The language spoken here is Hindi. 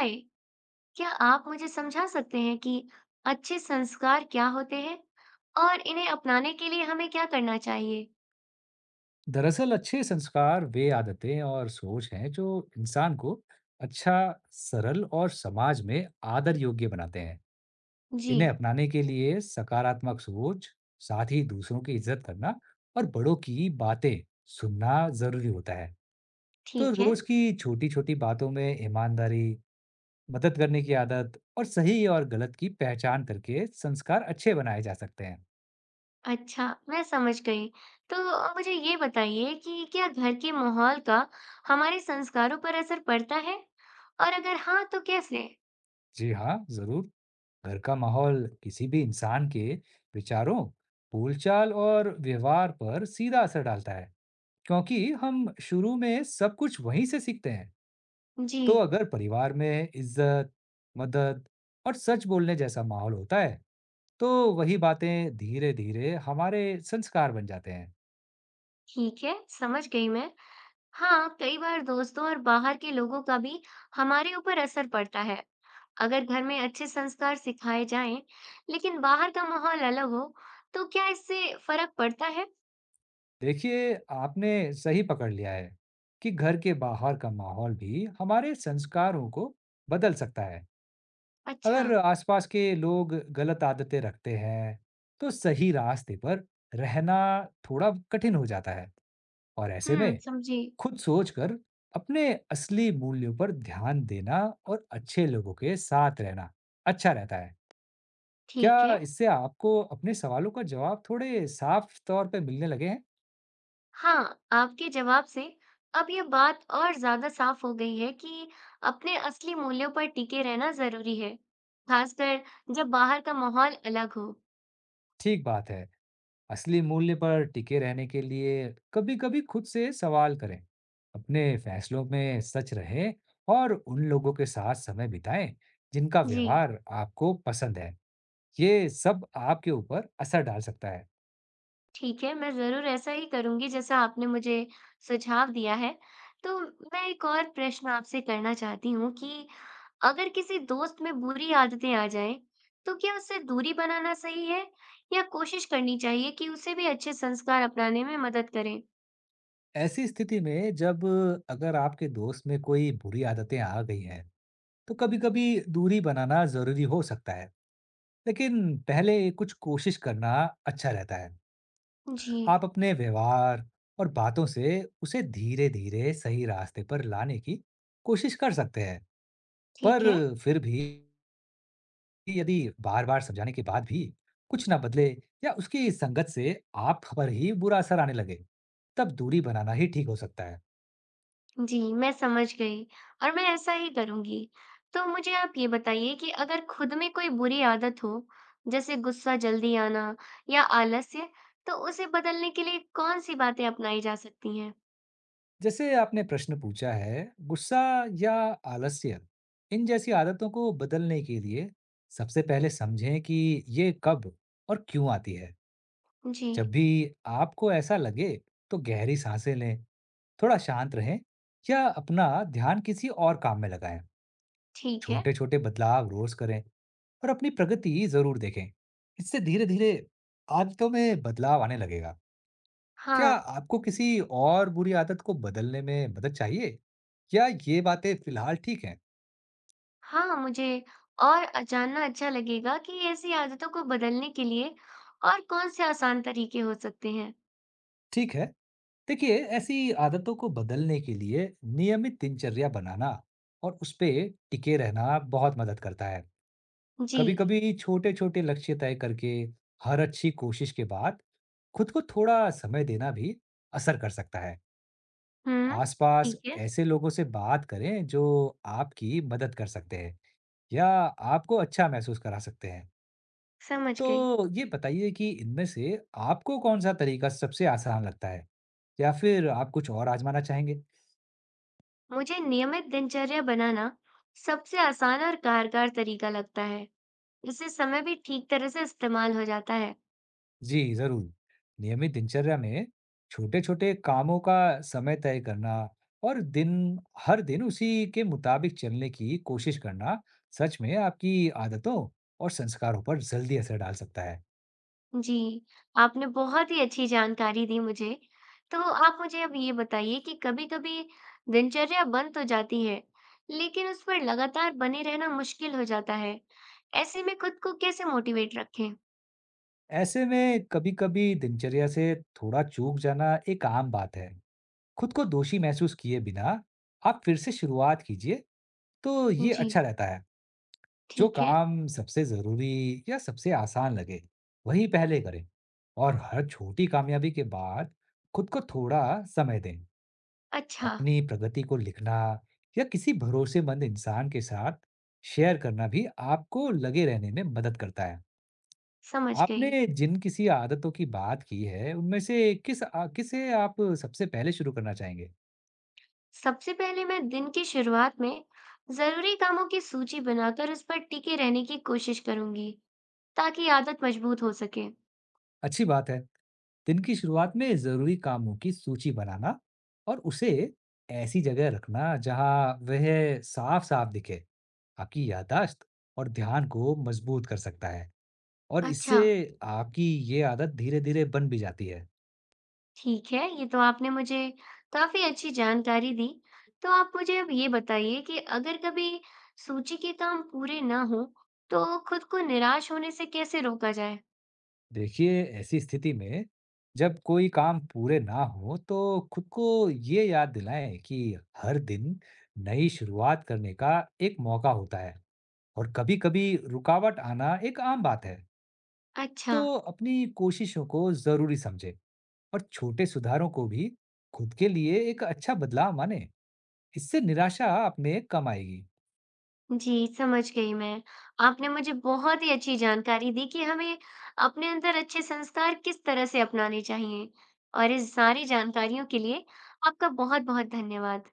हाय, क्या आप मुझे समझा सकते हैं कि अच्छे संस्कार क्या होते हैं और इन्हें अपनाने के लिए हमें क्या करना चाहिए? दरअसल अच्छे संस्कार वे आदतें और सोच हैं जो इंसान को अच्छा, सरल और समाज में आदर योग्य बनाते हैं। जी, इन्हें अपनाने के लिए सकारात्मक सोच, साथ ही दूसरों की इज्जत करना और बड़ों की बातें सुनना जरूरी होता है। तो ठीक है। रोज की छोटी-छोटी बातों में ईमानदारी, मदद करने की आदत और सही और गलत की पहचान करके संस्कार अच्छे बनाए जा सकते हैं। अच्छा, मैं समझ गई। तो मुझे ये बताइए कि क्या घर के माहौल का हमारे संस्कारों पर असर पड़ता है? और अगर हाँ, तो कैसे? जी हाँ, जरूर। घर का माहौल किसी भी इंसान के विचारों, बोलचाल और व्यवहार पर सीधा असर डालता है, क्योंकि हम शुरू में सब कुछ वहीं से सीखते हैं। जी, तो अगर परिवार में इज्जत, मदद और सच बोलने जैसा माहौल होता है, तो वही बातें धीरे-धीरे हमारे संस्कार बन जाते हैं। ठीक है, समझ गई मैं। हाँ, कई बार दोस्तों और बाहर के लोगों का भी हमारे ऊपर असर पड़ता है। अगर घर में अच्छे संस्कार सिखाए जाएं, लेकिन बाहर का माहौल अलग हो, तो क्या इससे फर्क पड़ता है? देखिए, आपने सही पकड़ लिया है कि घर के बाहर का माहौल भी हमारे संस्कारों को बदल सकता है। अच्छा, अगर आसपास के लोग गलत आदतें रखते हैं, तो सही रास्ते पर रहना थोड़ा कठिन हो जाता है और ऐसे में समझी। खुद सोचकर अपने असली मूल्यों पर ध्यान देना और अच्छे लोगों के साथ रहना अच्छा रहता है। ठीक क्या है। इससे आपको अपने सवालों का जवाब थोड़े साफ तौर पे मिलने लगे हैं? हाँ, आपके जवाब से अब ये बात और ज्यादा साफ हो गई है कि अपने असली मूल्यों पर टिके रहना जरूरी है, खासकर जब बाहर का माहौल अलग हो। ठीक बात है। असली मूल्य पर टिके रहने के लिए कभी-कभी खुद से सवाल करें, अपने फैसलों में सच रहें और उन लोगों के साथ समय बिताएं जिनका जी। व्यवहार आपको पसंद है। ये सब आपके ऊपर असर डाल सकता है। ठीक है, मैं ज़रूर ऐसा ही करूँगी जैसा आपने मुझे सुझाव दिया है। तो मैं एक और प्रश्न आपसे करना चाहती हूँ कि अगर किसी दोस्त में बुरी आदतें आ जाएँ, तो क्या उससे दूरी बनाना सही है या कोशिश करनी चाहिए कि उसे भी अच्छे संस्कार अपनाने में मदद करें? ऐसी स्थिति में जब अगर आपके दोस्त में कोई बुरी आदतें आ गई हैं, तो कभी-कभी दूरी बनाना ज़रूरी हो सकता है, लेकिन पहले कुछ कोशिश करना अच्छा रहता है। जी, आप अपने व्यवहार और बातों से उसे धीरे धीरे सही रास्ते पर लाने की कोशिश कर सकते हैं। पर ठीक है। फिर भी यदि बार बार समझाने के बाद भी कुछ ना बदले या उसकी संगत से आप पर ही बुरा असर आने लगे, तब दूरी बनाना ही ठीक हो सकता है। जी, मैं समझ गई और मैं ऐसा ही करूँगी। तो मुझे आप ये बताइए कि अगर खुद में कोई बुरी आदत हो, जैसे गुस्सा जल्दी आना या आलस्य, तो उसे बदलने के लिए कौन-सी बातें अपनाई जा सकती हैं? जैसे आपने प्रश्न पूछा है, गुस्सा या आलस्य, इन जैसी आदतों को बदलने के लिए सबसे पहले समझें कि ये कब और क्यों आती है। जी, जब भी आपको ऐसा लगे, तो गहरी सांसें लें, थोड़ा शांत रहें या अपना ध्यान किसी और काम में लगाएं। ठीक है। छोटे-छोटे बदलाव रोज करें और अपनी प्रगति जरूर देखें। इससे धीरे-धीरे आदतों में बदलाव आने लगेगा। क्या हाँ, आपको किसी और बुरी आदत को बदलने में मदद चाहिए? या ये बातें फिलहाल ठीक हैं? हाँ, मुझे और जानना अच्छा लगेगा कि ऐसी आदतों को बदलने के लिए और कौन-से आसान तरीके हो सकते हैं? ठीक है। देखिए, ऐसी आदतों को बदलने के लिए नियमित दिनचर्या बनाना और उस पे टिके रहना बहुत मदद करता है। कभी जी, कभी छोटे छोटे लक्ष्य तय करके हर अच्छी कोशिश के बाद खुद को थोड़ा समय देना भी असर कर सकता है। हुँ, आसपास ठीक है, ऐसे लोगों से बात करें जो आपकी मदद कर सकते हैं या आपको अच्छा महसूस करा सकते हैं। समझ गई। तो ये बताइए कि इनमें से आपको कौन सा तरीका सबसे आसान लगता है या फिर आप कुछ और आजमाना चाहेंगे? मुझे नियमित दिनचर्या बनाना सबसे आसान और कारगर तरीका लगता है। इससे समय भी ठीक तरह से इस्तेमाल हो जाता है। जी, ज़रूर। नियमित दिनचर्या में छोटे-छोटे कामों का समय तय करना और दिन हर दिन उसी के मुताबिक चलने की कोशिश करना सच में आपकी आदतों और संस्कारों पर जल्दी असर डाल सकता है। जी, आपने बहुत ही अच्छी जानकारी दी मुझे। तो आप मुझे अब ये बताइए कि कभी-कभी दिनचर्या बन तो जाती है, लेकिन उस पर लगातार बने रहना मुश्किल हो जाता है। ऐसे में खुद को कैसे मोटिवेट रखें? ऐसे में कभी-कभी दिनचर्या से थोड़ा चूक जाना एक आम बात है। खुद को दोषी महसूस किए बिना आप फिर से शुरुआत कीजिए, तो ये जी, अच्छा रहता है। जो ठीक है। काम सबसे ज़रूरी या सबसे आसान लगे, वही पहले करें और हर छोटी कामयाबी के बाद खुद को थोड़ा समय दें। अच्छा, अपनी प्रगति को लिखना या किसी भरोसेमंद इंसान के साथ शेयर करना भी आपको लगे रहने में मदद करता है। समझ आपने गई। जिन किसी आदतों की बात की है, उनमें से किसे आप सबसे पहले शुरू करना चाहेंगे? सबसे पहले मैं दिन की शुरुआत में जरूरी कामों की सूची बनाकर उस पर टिके रहने की कोशिश करूंगी ताकि आदत मजबूत हो सके। अच्छी बात है। दिन की शुरुआत में जरूरी कामों की सूची बनाना और उसे ऐसी जगह रखना जहां वह साफ साफ दिखे, आपकी यादाश्त और ध्यान को मजबूत कर सकता है और अच्छा, इससे आपकी ये आदत धीरे धीरे बन भी जाती है। ठीक है, ये तो आपने मुझे काफी अच्छी जानकारी दी। तो आप मुझे अब ये बताइए कि अगर कभी सूची के काम पूरे ना हो, तो खुद को निराश होने से कैसे रोका जाए? देखिए, ऐसी स्थिति में जब कोई काम पूरे ना हो तो खुद को ये याद दिलाएं कि हर दिन नई शुरुआत करने का एक मौका होता है और कभी-कभी रुकावट आना एक आम बात है। अच्छा। तो अपनी कोशिशों को जरूरी समझे और छोटे सुधारों को भी खुद के लिए एक अच्छा बदलाव माने, इससे निराशा आप में कम आएगी। जी, समझ गई मैं। आपने मुझे बहुत ही अच्छी जानकारी दी कि हमें अपने अंदर अच्छे संस्कार किस तरह से अपनाने चाहिए और इस सारी जानकारियों के लिए आपका बहुत-बहुत धन्यवाद।